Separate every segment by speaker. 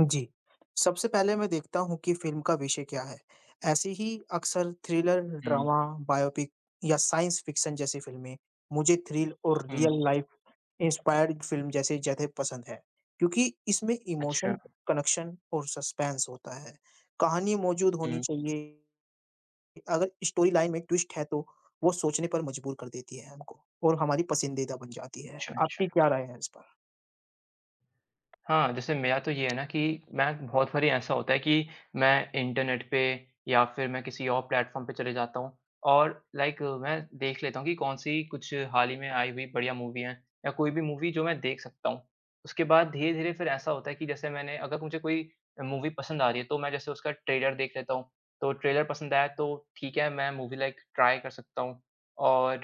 Speaker 1: जी। सबसे पहले मैं देखता हूँ कि फ़िल्म का विषय क्या है। ऐसी ही अक्सर थ्रिलर,
Speaker 2: हुँ,
Speaker 1: ड्रामा, बायोपिक या साइंस फ़िक्शन जैसी फ़िल्में मुझे थ्रिल और
Speaker 2: हुँ,
Speaker 1: रियल लाइफ़ इंस्पायर्ड फ़िल्म जैसे ज़्यादा पसंद है, क्योंकि इसमें इमोशन,
Speaker 2: अच्छा।
Speaker 1: कनेक्शन और सस्पेंस होता है। कहानी मौजूद होनी
Speaker 2: हुँ,
Speaker 1: चाहिए, अगर स्टोरी लाइन में ट्विस्ट है तो वो सोचने पर मजबूर कर देती है हमको और हमारी पसंदीदा बन जाती है।
Speaker 2: अच्छा, अच्छा।
Speaker 1: आपकी क्या राय है इस पर?
Speaker 2: हाँ, जैसे मेरा तो ये है ना कि मैं बहुत बारी ऐसा होता है कि मैं इंटरनेट पे या फिर मैं किसी और प्लेटफ़ॉर्म पे चले जाता हूँ और लाइक मैं देख लेता हूँ कि कौन-सी कुछ हाल ही में आई हुई बढ़िया मूवी है या कोई भी मूवी जो मैं देख सकता हूँ। उसके बाद धीरे-धीरे फिर ऐसा होता है कि जैसे मैंने अगर मुझे कोई मूवी पसंद आ रही है तो मैं जैसे उसका ट्रेलर देख लेता हूँ। तो ट्रेलर पसंद आया तो ठीक है, मैं मूवी लाइक ट्राई कर सकता हूँ और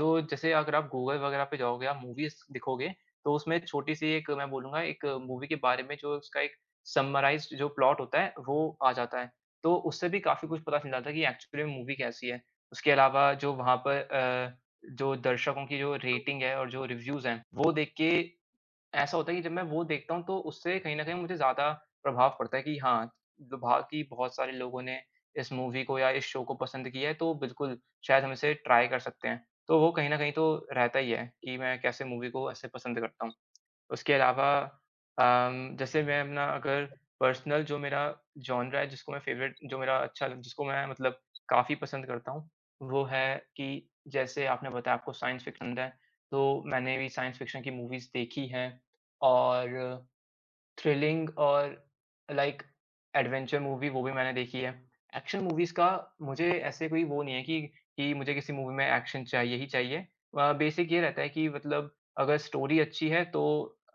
Speaker 2: जो जैसे अगर आप गूगल वगैरह पे जाओगे, आप मूवीज़ दिखोगे तो उसमें छोटी-सी एक मैं बोलूँगा एक मूवी के बारे में जो उसका एक समराइज़्ड जो प्लॉट होता है, वो आ जाता है। तो उससे भी काफ़ी कुछ पता चल जाता है कि एक्चुअली में मूवी कैसी है। उसके अलावा जो वहाँ पर जो दर्शकों की जो रेटिंग है और जो रिव्यूज़ हैं, वो देख के ऐसा होता है कि जब मैं वो देखता हूँ, तो उससे कहीं न कहीं मुझे ज़्यादा प्रभाव पड़ता है कि हाँ, बाकी बहुत सारे लोगों ने इस मूवी को या इस शो को पसंद किया है, तो बिल्कुल शायद हम इसे ट्राई कर सकते हैं। तो वो कहीं न कहीं तो रहता ही है कि मैं कैसे मूवी को ऐसे पसंद करता हूँ। उसके अलावा जैसे मैं अपना अगर पर्सनल जो मेरा जॉनरा है जिसको मैं फ़ेवरेट जो मेरा अच्छा लग- जिसको मैं मतलब काफ़ी पसंद करता हूँ, वो है कि जैसे आपने बताया आपको साइंस फ़िक्शन है, तो मैंने भी साइंस फ़िक्शन की मूवीज़ देखी हैं और थ्रिलिंग और लाइक एडवेंचर मूवी वो भी मैंने देखी है। एक्शन मूवीज़ का मुझे ऐसे कोई वो नहीं है कि मुझे किसी मूवी में एक्शन चाहिए ही चाहिए। बेसिक ये रहता है कि मतलब अगर स्टोरी अच्छी है तो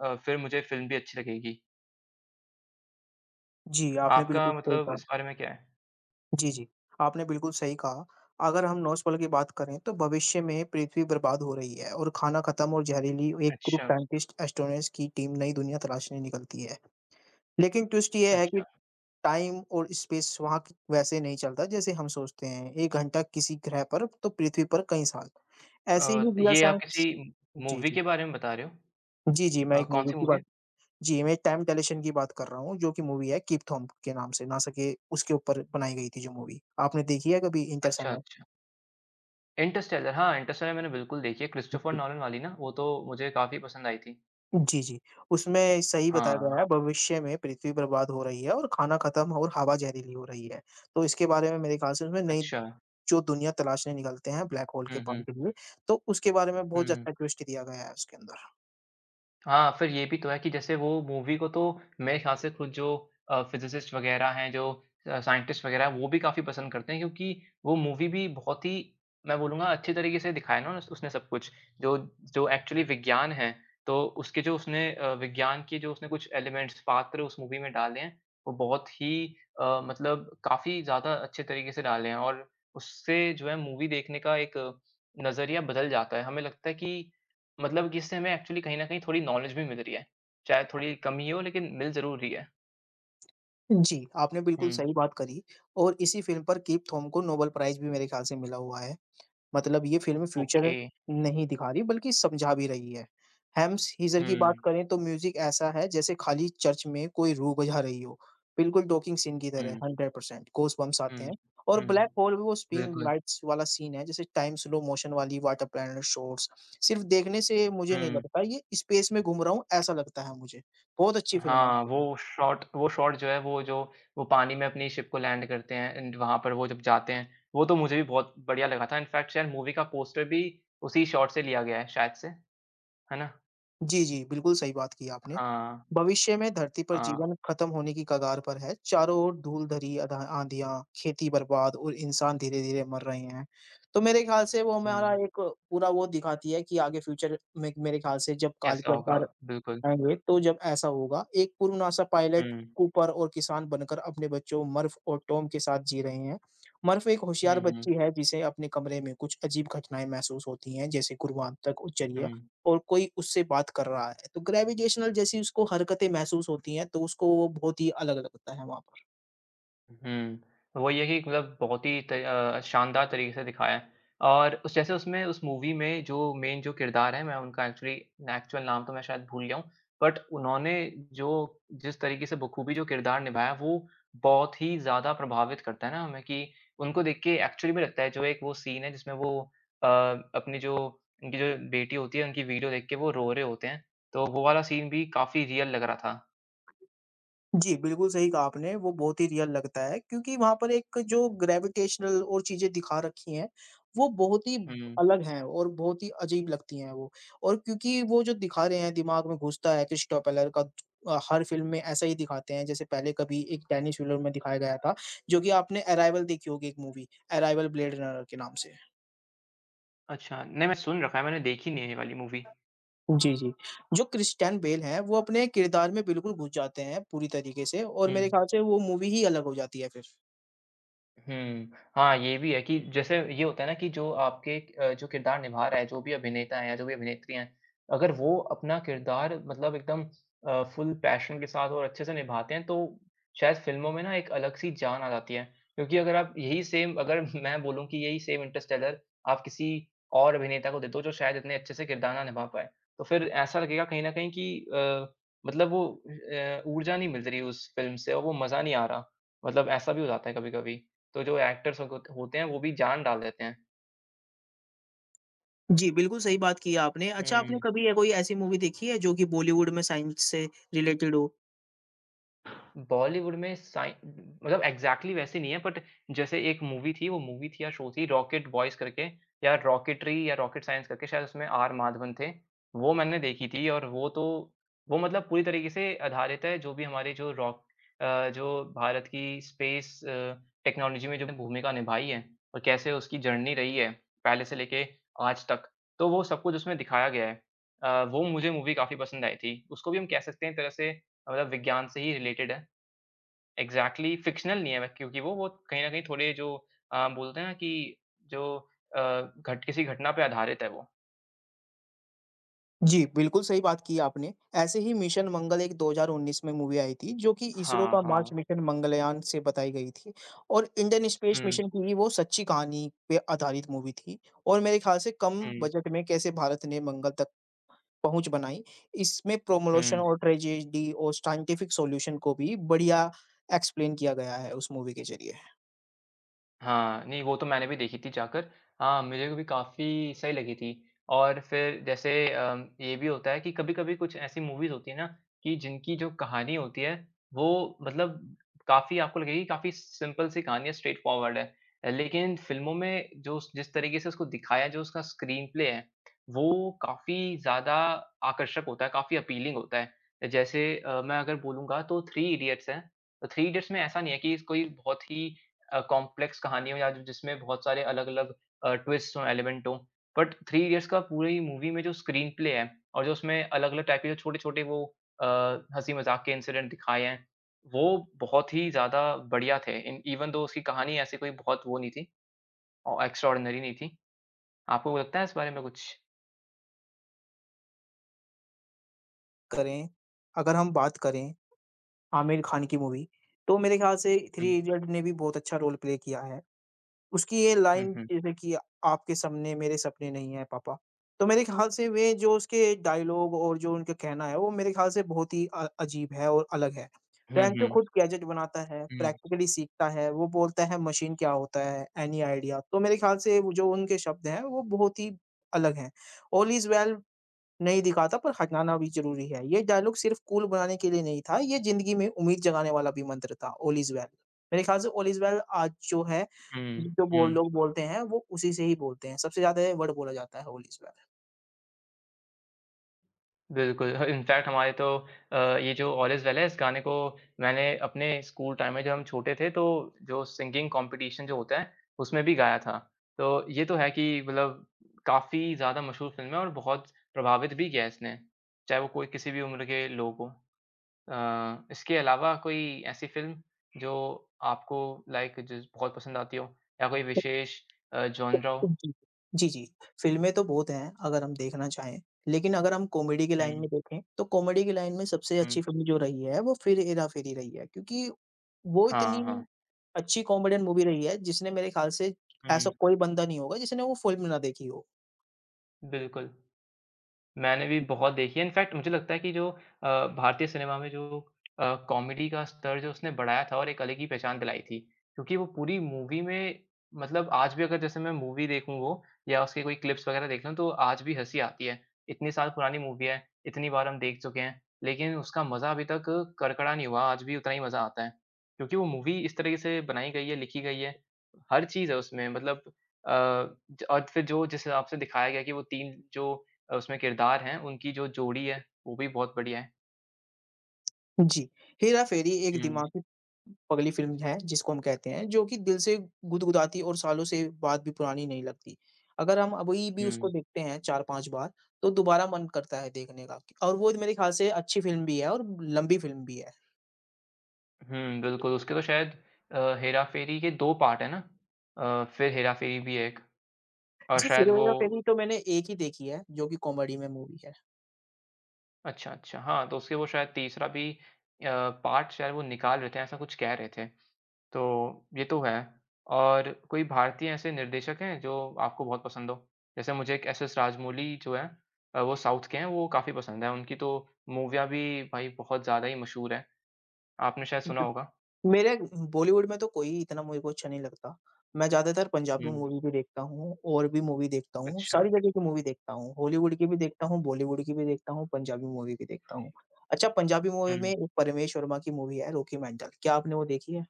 Speaker 2: फिर मुझे फ़िल्म भी अच्छी लगेगी।
Speaker 1: जी, आपने
Speaker 2: आपका
Speaker 1: बिल्कुल सही
Speaker 2: मतलब
Speaker 1: कहा।
Speaker 2: इस बारे में क्या है?
Speaker 1: जी, जी। आपने बिल्कुल सही कहा। अगर हम नॉइज़ की बात करें तो भविष्य में पृथ्वी बर्बाद हो रही है और खाना खत्म और जहरीली एक ग्रुप
Speaker 2: अच्छा,
Speaker 1: साइंटिस्ट एस्ट्रोनॉट्स की टीम नई दुनिया तलाशने निकलती है। लेकिन ट्विस्ट ये है कि
Speaker 2: अच्छा।
Speaker 1: टाइम और स्पेस वहाँ क वैसे नहीं चलता जैसे हम सोचते हैं। 1 घंटा किसी ग्रह पर तो पृथ्वी पर कई साल। ऐसे ही रियल
Speaker 2: ये आप
Speaker 1: साइंस
Speaker 2: किसी
Speaker 1: जी,
Speaker 2: मूवी
Speaker 1: जी।
Speaker 2: के बारे में बता रहे हो?
Speaker 1: जी, जी, मैं एक मूवी
Speaker 2: कौन-सी
Speaker 1: की
Speaker 2: मूवी है?
Speaker 1: बात जी, मैं टाइम डायलेशन की बात कर रहा हूँ जो कि मूवी है कीप थॉम्ब के नाम से, नासा के उसके ऊपर बनाई गई थी जो मूवी। आपने देखी है कभी
Speaker 2: अच्छा,
Speaker 1: इंटरस्टेलर?
Speaker 2: अच्छा। इंटरस्टेलर हाँ, इंटरस्टेलर मैंने बिल्कुल देखी है क्रिस्टोफर नॉलन वाली ना, वो तो मुझे काफ़ी पसंद आई थी।
Speaker 1: जी, जी। उसमें सही बताया
Speaker 2: हाँ,
Speaker 1: गया है, भविष्य में पृथ्वी बर्बाद हो रही है और खाना खत्म और हवा जहरीली हो रही है। तो इसके बारे में मेरे ख़्याल से उसमें नई
Speaker 2: अच्छा।
Speaker 1: जो दुनिया तलाशने निकलते हैं ब्लैक होल के
Speaker 2: हुँ,
Speaker 1: पार
Speaker 2: हुँ।
Speaker 1: के लिए, तो उसके बारे में बहुत
Speaker 2: हुँ।
Speaker 1: अच्छा ट्विस्ट दिया गया है उसके अंदर।
Speaker 2: हाँ, फिर ये भी तो है कि जैसे वो मूवी को तो मेरे ख़्याल से खुद जो फिज़िसिस्ट वग़ैरह हैं, जो साइंटिस्ट वग़ैरह हैं, वो भी काफ़ी पसंद करते हैं क्योंकि वो मूवी भी बहुत ही मैं बोलूँगा अच्छे तरीके से दिखाया ना उस उसने सब कुछ। जो जो एक्चुअली विज्ञान है, तो उसके जो उसने विज्ञान के जो उसने कुछ एलिमेंट्स, पात्र उस मूवी में डाले हैं, वो बहुत ही मतलब काफ़ी ज़्यादा अच्छे तरीके से डाले हैं और उससे जो है मूवी देखने का एक नज़रिया बदल जाता है। हमें लगता है कि मतलब कि इससे हमें एक्चुअली कहीं न कहीं थोड़ी नॉलेज भी मिल रही है। चाहे थोड़ी कमी हो लेकिन मिल ज़रूर रही है।
Speaker 1: जी, आपने
Speaker 2: हुँ,
Speaker 1: बिल्कुल सही बात करी और इसी फ़िल्म पर कीप थॉम को नोबेल प्राइज़ भी मेरे ख़्याल से मिला हुआ है। मतलब ये फ़िल्म फ्यूचर
Speaker 2: ओके।
Speaker 1: नहीं दिखा रही बल्कि समझा भी रही है। हैम्स हीजर की बात
Speaker 2: हुँ,
Speaker 1: करें तो म्यूज़िक ऐसा है जैसे खाली चर्च में कोई रूह बजा रही हो। बिल्कुल टॉकिंग सीन की तरह
Speaker 2: हुँ,
Speaker 1: 100% गॉसबम्प्स आते
Speaker 2: हुँ,
Speaker 1: हैं और
Speaker 2: हुँ।
Speaker 1: ब्लैक होल में वो स्विंग
Speaker 2: बिल्कुल,
Speaker 1: लाइट्स वाला सीन है जैसे टाइम स्लो मोशन वाली वाटर प्लैनेट शॉट्स। सिर्फ़ देखने से मुझे नहीं
Speaker 2: हुँ।
Speaker 1: लगता ये स्पेस में घूम रहा हूँ ऐसा लगता है मुझे। बहुत अच्छी फ़िल्म है
Speaker 2: हाँ,
Speaker 1: एक्चुअली।
Speaker 2: वो शॉट जो है वो पानी में अपनी शिप को लैंड करते हैं एंड वहाँ पर वो जब जाते हैं, वो तो मुझे भी बहुत बढ़िया लगा था। इनफैक्ट शायद मूवी का पोस्टर भी उसी शॉट से लिया गया है शायद से, है ना?
Speaker 1: जी, जी, बिल्कुल सही बात की आपने।
Speaker 2: हाँ,
Speaker 1: भविष्य में धरती पर
Speaker 2: हाँ,
Speaker 1: जीवन खत्म होने की कगार पर है। चारों ओर धूल-धरी आधा आँधियाँ, खेती बर्बाद और इंसान धीरे-धीरे मर रहे हैं। तो मेरे ख्याल से वो
Speaker 2: हुँ।
Speaker 1: हमारा एक पूरा वो दिखाती है कि आगे फ्यूचर में मेरे ख्याल से जब काल
Speaker 2: कैसा
Speaker 1: की
Speaker 2: होगा?
Speaker 1: अवतार
Speaker 2: बिल्कुल।
Speaker 1: आएँगे, तो जब ऐसा होगा, एक पूर्व नासा पायलट,
Speaker 2: हुँ,
Speaker 1: कूपर और किसान बनकर अपने बच्चों मर्फ और टॉम के साथ जी रहे हैं। मर्फ एक होशियार
Speaker 2: हुँ, हुँ,
Speaker 1: बच्ची है जिसे अपने कमरे में कुछ अजीब घटनाएँ महसूस होती हैं, जैसे गुरुत्वाकर्षण उच्चर्य
Speaker 2: हुँ।
Speaker 1: और कोई उससे बात कर रहा है। तो ग्रेविटेशनल जैसी उसको हरकतें महसूस होती हैं, तो उसको वो बहुत ही अलग लगता है वहाँ।
Speaker 2: हुँ। वही है कि मतलब बहुत ही शानदार तरीके से दिखाया है और उस जैसे उसमें उस मूवी में जो मेन जो किरदार हैं, मैं उनका एक्चुअल नाम तो मैं शायद भूल गया हूँ। बट उन्होंने जो जिस तरीके से बखूबी जो किरदार निभाया, वो बहुत ही ज़्यादा प्रभावित करता है ना हमें कि उनको देख के एक्चुअली में लगता है जो एक वो सीन है जिसमें वो अ, अपनी जो उनकी जो बेटी होती है, उनकी वीडियो देख के वो रो रहे होते हैं। तो वो वाला सीन भी काफ़ी रियल लग रहा था।
Speaker 1: जी, बिल्कुल सही कहा आपने, वो बहुत ही रियल लगता है क्योंकि वहाँ पर एक जो ग्रेविटेशनल और चीज़ें दिखा रखी हैं, वो बहुत ही
Speaker 2: हुँ।
Speaker 1: अलग हैं और बहुत ही अजीब लगती हैं वो। और क्योंकि वो जो दिखा रहे हैं दिमाग में घुसता है क्रिस्टो पेलर का हर फ़िल्म में ऐसा ही दिखाते हैं, जैसे पहले कभी एक डेनिस विलर में दिखाया गया था, जो कि आपने अराइवल देखी होगी एक मूवी, अराइवल ब्लेड रनर के नाम से।
Speaker 2: अच्छा, नहीं मैं सुन रखा है, मैंने देखी नहीं है ये वाली मूवी।
Speaker 1: जी, जी। जो क्रिस्टियन बेल हैं, वो अपने किरदार में बिल्कुल घुस जाते हैं पूरी तरीके से और
Speaker 2: हुँ।
Speaker 1: मेरे ख़्याल से वो मूवी ही अलग हो जाती है फिर।
Speaker 2: हुँ। हाँ, ये भी है कि जैसे ये होता है ना कि जो किरदार निभा रहा है, जो भी अभिनेता है या जो भी अभिनेत्री हैं, अगर वो अपना किरदार मतलब एकदम फुल पैशन के साथ और अच्छे से निभाते हैं, तो शायद फ़िल्मों में ना एक अलग-सी जान आ जाती है। क्योंकि अगर आप यही सेम अगर मैं बोलूँ कि यही सेम इंटरस्टेलर आप किसी और अभिनेता को दे दो, जो शायद इतने अच्छे से किरदार ना निभा पाए, तो फिर ऐसा लगेगा कहीं न कहीं कि मतलब वो ऊर्जा नहीं मिल रही उस फ़िल्म से और वो मज़ा नहीं आ रहा। मतलब ऐसा भी हो जाता है कभी-कभी। तो जो एक्टर्स होग होते हैं वो भी जान डाल देते हैं।
Speaker 1: जी, बिल्कुल सही बात की है आपने। अच्छा आपने
Speaker 2: हुँ।
Speaker 1: कभी ये कोई ऐसी मूवी देखी है जो कि बॉलीवुड में साइंस से रिलेटेड हो?
Speaker 2: बॉलीवुड में साइ मतलब एग्ज़ैक्टली वैसे नहीं है बट जैसे एक मूवी थी, वो मूवी थी या शो थी रॉकेट बॉयज़ करके या रॉकेटरी या रॉकेट साइंस करके शायद उसमें आर माधवन थे। वो मैंने देखी थी और वो तो वो मतलब पूरी तरीके से आधारित है जो भी हमारे जो जो भारत की स्पेस टेक्नोलॉजी में जो भूमिका निभाई है और कैसे उसकी जर्नी रही है, पहले से लेके आज तक। तो वो सब कुछ उसमें दिखाया गया है। वो मुझे मूवी काफ़ी पसंद आई थी। उसको भी हम कह सकते हैं एक तरह से मतलब विज्ञान से ही रिलेटेड है। एग्ज़ैक्टली फ़िक्शनल नहीं है वे क्योंकि वो कहीं न कहीं थोड़े जो बोलते हैं ना कि जो अ, घट किसी घटना पे आधारित है वो।
Speaker 1: जी, बिल्कुल सही बात की आपने। ऐसे ही मिशन मंगल एक 2019 में मूवी आई थी जो कि इसरो
Speaker 2: हाँ,
Speaker 1: का मार्स
Speaker 2: हाँ।
Speaker 1: मिशन मंगलयान से बताई गई थी और इंडियन स्पेस
Speaker 2: हुँ,
Speaker 1: मिशन की ही वो सच्ची कहानी पे आधारित मूवी थी और मेरे ख़्याल से कम
Speaker 2: हुँ,
Speaker 1: बजट में कैसे भारत ने मंगल तक पहुँच बनाई, इसमें प्रमोशन
Speaker 2: हुँ।
Speaker 1: और ट्रेजेडी और साइंटिफिक सॉल्यूशन को भी बढ़िया एक्सप्लेन किया गया है उस मूवी के ज़रिए।
Speaker 2: हाँ, नहीं वो तो मैंने भी देखी थी जाकर। हाँ, मुझे भी काफ़ी सही लगी थी और फिर जैसे ये भी होता है कि कभी-कभी कुछ ऐसी मूवीज़ होती हैं ना कि जिनकी जो कहानी होती है वो मतलब काफ़ी आपको लगेगी काफ़ी सिंपल सी कहानी है, स्ट्रेट फॉरवर्ड है। लेकिन फ़िल्मों में जो उस जिस तरीके से उसको दिखाया जो उसका स्क्रीन प्ले है, वो काफ़ी ज़्यादा आकर्षक होता है, काफ़ी अपीलिंग होता है। जैसे मैं अगर बोलूँगा तो थ्री इडियट्स है। तो थ्री इडियट्स में ऐसा नहीं है कि कोई बहुत ही कॉम्प्लेक्स कहानी हो या जिसमें बहुत सारे अलग-अलग ट्विस्ट हों, एलिमेंट हों। बट थ्री इडियट्स का पूरी मूवी में जो स्क्रीन प्ले है और जो उसमें अलग-अलग टाइप के जो छोटे-छोटे अ, हँसी-मज़ाक के इंसिडेंट दिखाए हैं, वो बहुत ही ज़्यादा बढ़िया थे। इन इवन दो उसकी कहानी ऐसी कोई बहुत वो नहीं थी और एक्स्ट्राऑर्डिनरी नहीं थी। आपको लगता है इस बारे में कुछ?
Speaker 1: करें अगर हम बात करें आमिर खान की मूवी, तो मेरे ख़्याल से
Speaker 2: हुँ।
Speaker 1: थ्री इडियट ने भी बहुत अच्छा रोल प्ले किया है। उसकी ये
Speaker 2: हुँ,
Speaker 1: लाइन
Speaker 2: हुँ।
Speaker 1: जैसे कि आपके सपने मेरे सपने नहीं है पापा। तो मेरे ख़्याल से वे जो उसके डायलॉग और जो उनका कहना है वो मेरे ख़्याल से बहुत ही अजीब है और अलग है।
Speaker 2: हुँ,
Speaker 1: रैंचो
Speaker 2: हुँ।
Speaker 1: खुद गैजेट बनाता है,
Speaker 2: हुँ,
Speaker 1: प्रैक्टिकली सीखता है, वो बोलता है मशीन क्या होता है, एनी आइडिया? तो मेरे ख़्याल से वो जो उनके शब्द हैं वो बहुत ही अलग हैं। ऑल इज़ वेल नहीं दिखाता पर हटाना भी ज़रूरी है। ये डायलॉग सिर्फ़ कूल बनाने के लिए नहीं था, ये ज़िंदगी में उम्मीद जगाने वाला भी मंत्र था, ऑल इज़ वेल। मेरे ख़्याल से ऑल इज़ वेल आज जो है,
Speaker 2: हुँ,
Speaker 1: जो बोल
Speaker 2: हुँ।
Speaker 1: लोग बोलते हैं, वो उसी से ही बोलते हैं। सबसे ज़्यादा ये वर्ड बोला जाता है, ऑल इज़ वेल।
Speaker 2: बिल्कुल, ह इनफ़ैक्ट हमारे तो ये जो ऑल इज़ वेल है, इस गाने को मैंने अपने स्कूल टाइम में जब हम छोटे थे, तो जो सिंगिंग कॉम्पिटिशन जो होता है, उसमें भी गाया था। तो ये तो है कि मतलब काफ़ी ज़्यादा मशहूर फ़िल्म है और बहुत प्रभावित भी किया है इसने, चाहे वो कोई किसी भी उम्र के लोग हों। इसके अलावा कोई ऐसी फ़िल्म जो आपको लाइक जिस बहुत पसंद आती हो या कोई विशेष जॉनरा हो?
Speaker 1: जी, जी, जी। फ़िल्में तो बहुत हैं अगर हम देखना चाहें, लेकिन अगर हम कॉमेडी की लाइन
Speaker 2: हुँ,
Speaker 1: में देखें, तो कॉमेडी की लाइन में सबसे
Speaker 2: हुँ।
Speaker 1: अच्छी फ़िल्म जो रही है वो फिर हेरा-फेरी रही है क्योंकि वो
Speaker 2: हाँ,
Speaker 1: इतनी
Speaker 2: हाँ।
Speaker 1: अच्छी कॉमेडियन मूवी रही है जिसने मेरे ख़्याल से
Speaker 2: हुँ,
Speaker 1: ऐसा कोई बंदा नहीं होगा जिसने वो फ़िल्म ना देखी हो।
Speaker 2: बिल्कुल। मैंने भी बहुत देखी है, इनफैक्ट मुझे लगता है कि जो भारतीय सिनेमा में जो कॉमेडी का स्तर जो उसने बढ़ाया था और एक अलग ही पहचान दिलाई थी, क्योंकि वो पूरी मूवी में मतलब आज भी अगर जैसे मैं मूवी देखूँ वो या उसके कोई क्लिप्स वगैरह देख लूँ, तो आज भी हँसी आती है। इतने साल पुरानी मूवी है, इतनी बार हम देख चुके हैं, लेकिन उसका मज़ा अभी तक करकड़ा नहीं हुआ, आज भी उतना ही मज़ा आता है। क्योंकि वो मूवी इस तरीके से बनाई गई है, लिखी गई है, हर चीज़ है उसमें मतलब अ, ज और फिर जो जिस हिसाब से दिखाया गया है कि वो 3 जो उसमें किरदार हैं, उनकी जो जोड़ी है, वो भी बहुत बढ़िया है।
Speaker 1: जी, हेरा-फेरी एक
Speaker 2: हुँ,
Speaker 1: दिमागी पगली फ़िल्म है जिसको हम कहते हैं, जो कि दिल से गुदगुदाती और सालों से बात भी पुरानी नहीं लगती। अगर हम अभी भी
Speaker 2: हुँ।
Speaker 1: उसको देखते हैं 4-5 बार, तो दोबारा मन करता है देखने का और वो मेरे ख़्याल से अच्छी फ़िल्म भी है और लंबी फ़िल्म भी है।
Speaker 2: हुँ, बिल्कुल, उसके तो शायद हेरा फेरी के 2 पार्ट हैं ना? फिर हेरा फेरी भी है एक और
Speaker 1: जी,
Speaker 2: शायद
Speaker 1: फिर
Speaker 2: वो।
Speaker 1: हेरा-फेरी तो मैंने एक ही देखी है, जो कि कॉमेडी में मूवी है।
Speaker 2: अच्छा, अच्छा। हाँ, तो उसके वो शायद तीसरा भी अ, पार्ट शायद वो निकाल रहे थे, ऐसा कुछ कह रहे थे। तो ये तो है और कोई भारतीय ऐसे निर्देशक हैं जो आपको बहुत पसंद हो? जैसे मुझे एक एसएस राजमौली जो हैं वो साउथ के हैं, वो काफ़ी पसंद है। उनकी तो मूवियाँ भी भाई बहुत ज़्यादा ही मशहूर हैं, आपने शायद सुना होगा।
Speaker 1: मेरे बॉलीवुड में तो कोई इतना मेरे को अच्छा नहीं लगता। मैं ज़्यादातर
Speaker 2: हुँ।
Speaker 1: पंजाबी मूवी भी देखता हूँ और भी मूवी देखता हूँ,
Speaker 2: अच्छा।
Speaker 1: सारी जगह की मूवी देखता हूँ। हॉलीवुड की भी देखता हूँ, बॉलीवुड की भी देखता हूँ, पंजाबी मूवी भी देखता हूँ। अच्छा पंजाबी मूवी में
Speaker 2: हुँ।
Speaker 1: एक परमेश वर्मा की मूवी है रॉकी मेंटल, क्या आपने वो देखी है?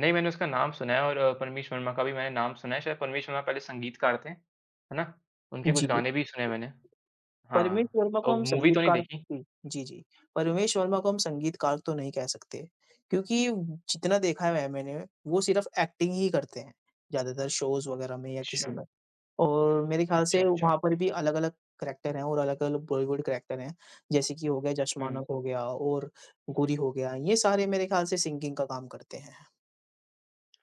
Speaker 2: नहीं, मैंने उसका नाम सुना है और परमीश वर्मा का भी मैंने नाम सुना है। शायद परमीश वर्मा पहले संगीतकार थे, है ना? उनके कुछ
Speaker 1: जी,
Speaker 2: गाने भी सुने हैं मैंने।
Speaker 1: परमेश
Speaker 2: हाँ,
Speaker 1: वर्मा को
Speaker 2: तो
Speaker 1: हम
Speaker 2: मूवी तो नहीं
Speaker 1: संगीतकार
Speaker 2: देखी।
Speaker 1: जी, जी, जी। परमेश वर्मा को हम संगीतकार तो नहीं कह सकते क्योंकि जितना देखा है मैंने, वो सिर्फ़ एक्टिंग ही करते हैं, ज़्यादातर शोज़ वगैरह में या किसी
Speaker 2: अच्छा।
Speaker 1: में। और मेरे ख्याल
Speaker 2: अच्छा,
Speaker 1: से
Speaker 2: अच्छा।
Speaker 1: वहाँ पर भी अलग-अलग करैक्टर हैं और अलग-अलग बॉलीवुड करैक्टर हैं। जैसे कि हो गया जश
Speaker 2: हुँ।
Speaker 1: मानक हो गया और गुरी हो गया, ये सारे मेरे ख्याल से सिंगिंग का काम करते हैं।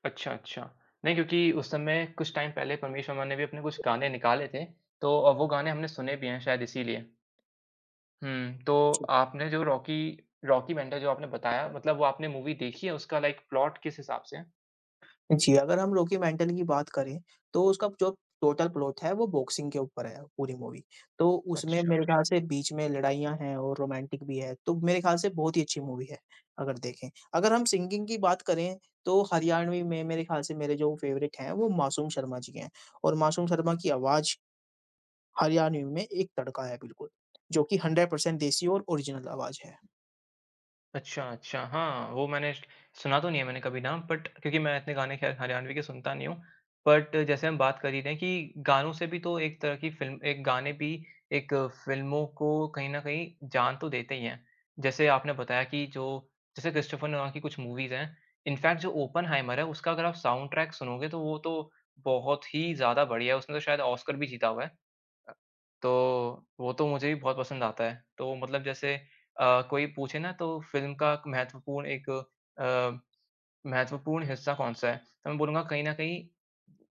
Speaker 2: अच्छा, अच्छा। नहीं, क्योंकि उस समय कुछ टाइम पहले परमीश वर्मा ने भी अपने कुछ गाने निकाले थे, तो वो गाने हमने सुने भी हैं शायद इसीलिए। हुँ, तो
Speaker 1: जी,
Speaker 2: आपने जो रॉकी रॉकी मेंटल जो आपने बताया मतलब वो आपने मूवी देखी है, उसका लाइक प्लॉट किस हिसाब से है?
Speaker 1: जी, अगर हम रॉकी मेंटल की बात करें, तो उसका जो टोटल प्लॉट है वो बॉक्सिंग के ऊपर है पूरी मूवी। तो उसमें
Speaker 2: अच्छा।
Speaker 1: मेरे ख्याल से बीच में लड़ाइयाँ हैं और रोमांटिक भी है, तो मेरे ख्याल से बहुत ही अच्छी मूवी है, अगर देखें। अगर हम सिंगिंग की बात करें, तो हरियाणवी में मेरे ख्याल से मेरे जो फेवरेट हैं वो मासूम शर्मा जी हैं और मासूम शर्मा की आवाज़ हरियाणवी में एक तड़का है बिल्कुल, जो कि 100% देसी और ओरिजिनल आवाज़ है।
Speaker 2: अच्छा, अच्छा। हाँ, वो मैंने श सुना तो नहीं है मैंने कभी नाम बट क्योंकि मैं इतने गाने खैर हरियाणवी के सुनता नहीं हूँ। बट जैसे हम बात कर ही रहे हैं कि गानों से भी तो एक तरह की फ़िल्म एक गाने भी एक फ़िल्मों को कहीं न कहीं जान तो देते ही हैं। जैसे आपने बताया कि जो जैसे क्रिस्टोफर नोलान की कुछ मूवीज़ हैं, इनफैक्ट जो ओपेनहाइमर है उसका अगर आप साउंड ट्रैक सुनोगे तो वो तो बहुत ही ज़्यादा बढ़िया है। उसने तो शायद ऑस्कर भी जीता हुआ है। अ, तो वो तो मुझे भी बहुत पसंद आता है। तो मतलब जैसे कोई पूछे ना तो फ़िल्म का एक महत्वपूर्ण एक अ, महत्वपूर्ण हिस्सा कौन-सा है? तो मैं बोलूँगा कहीं न कहीं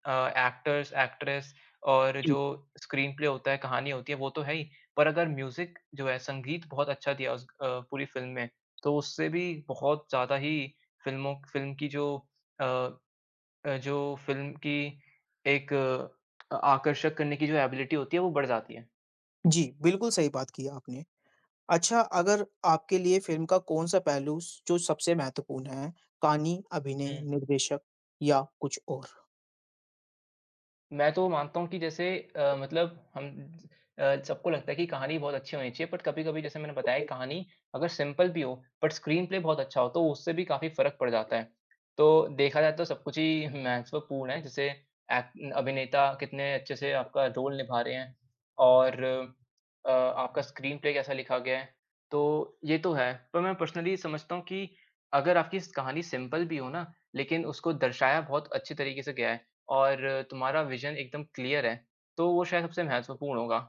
Speaker 2: अ, एक्टर्स, एक्ट्रेस और
Speaker 1: जी।
Speaker 2: जो स्क्रीन प्ले होता है, कहानी होती है वो तो है ही, पर अगर म्यूज़िक जो है संगीत बहुत अच्छा दिया उस पूरी फ़िल्म में, तो उससे भी बहुत ज़्यादा ही फ़िल्म की जो अ अ, जो फ़िल्म की एक अ, आकर्षक करने की जो एबिलिटी होती है वो बढ़ जाती है।
Speaker 1: जी, बिल्कुल सही बात की आपने। अच्छा अगर आपके लिए फ़िल्म का कौन-सा पहलू स जो सबसे महत्वपूर्ण है, कहानी, अभिनय,
Speaker 2: हुँ।
Speaker 1: निर्देशक या कुछ और?
Speaker 2: मैं तो मानता हूँ कि जैसे मतलब हम सबको लगता है कि कहानी बहुत अच्छी होनी चाहिए, बट कभी-कभी जैसे मैंने बताया कहानी अगर सिंपल भी हो, बट स्क्रीन प्ले बहुत अच्छा हो, तो उससे भी काफ़ी फ़र्क पड़ जाता है। तो देखा जाए तो सब कुछ ही महत्वपूर्ण है, जैसे एक्ट अभिनेता कितने अच्छे से आपका रोल निभा रहे हैं और आपका स्क्रीन प्ले कैसा लिखा गया है, तो ये तो है। पर मैं पर्सनली समझता हूँ कि अगर आपकी कहानी सिंपल भी हो ना, लेकिन उसको दर्शाया बहुत अच्छे तरीके से गया है, और तुम्हारा विज़न एकदम क्लियर है, तो वो शायद सबसे महत्वपूर्ण होगा।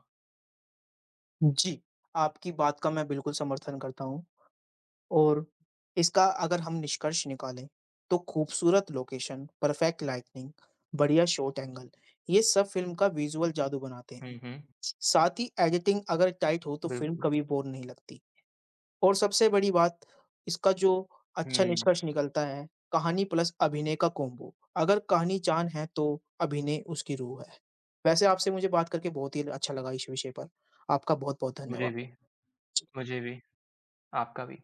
Speaker 1: जी, आपकी बात का मैं बिल्कुल समर्थन करता हूँ। और इसका अगर हम निष्कर्ष निकालें, तो खूबसूरत लोकेशन, परफेक्ट लाइटनिंग, बढ़िया शॉट एंगल, ये सब फ़िल्म का विजुअल जादू बनाते
Speaker 2: हुँ,
Speaker 1: हैं।
Speaker 2: हुँ।
Speaker 1: साथ ही एडिटिंग अगर टाइट हो तो फ़िल्म
Speaker 2: बिल्कुल।
Speaker 1: कभी बोर नहीं लगती और सबसे बड़ी बात इसका जो अच्छा
Speaker 2: हुँ,
Speaker 1: निष्कर्ष निकलता है, कहानी प्लस अभिनय का कॉम्बो। अगर कहानी जान है तो अभिनय उसकी रूह है। वैसे आपसे मुझे बात करके बहुत ही अच्छा लगा इस विषय पर। आपका बहुत-बहुत
Speaker 2: मुझे भी,
Speaker 1: धन्यवाद।
Speaker 2: मुझे भी, आपका भी।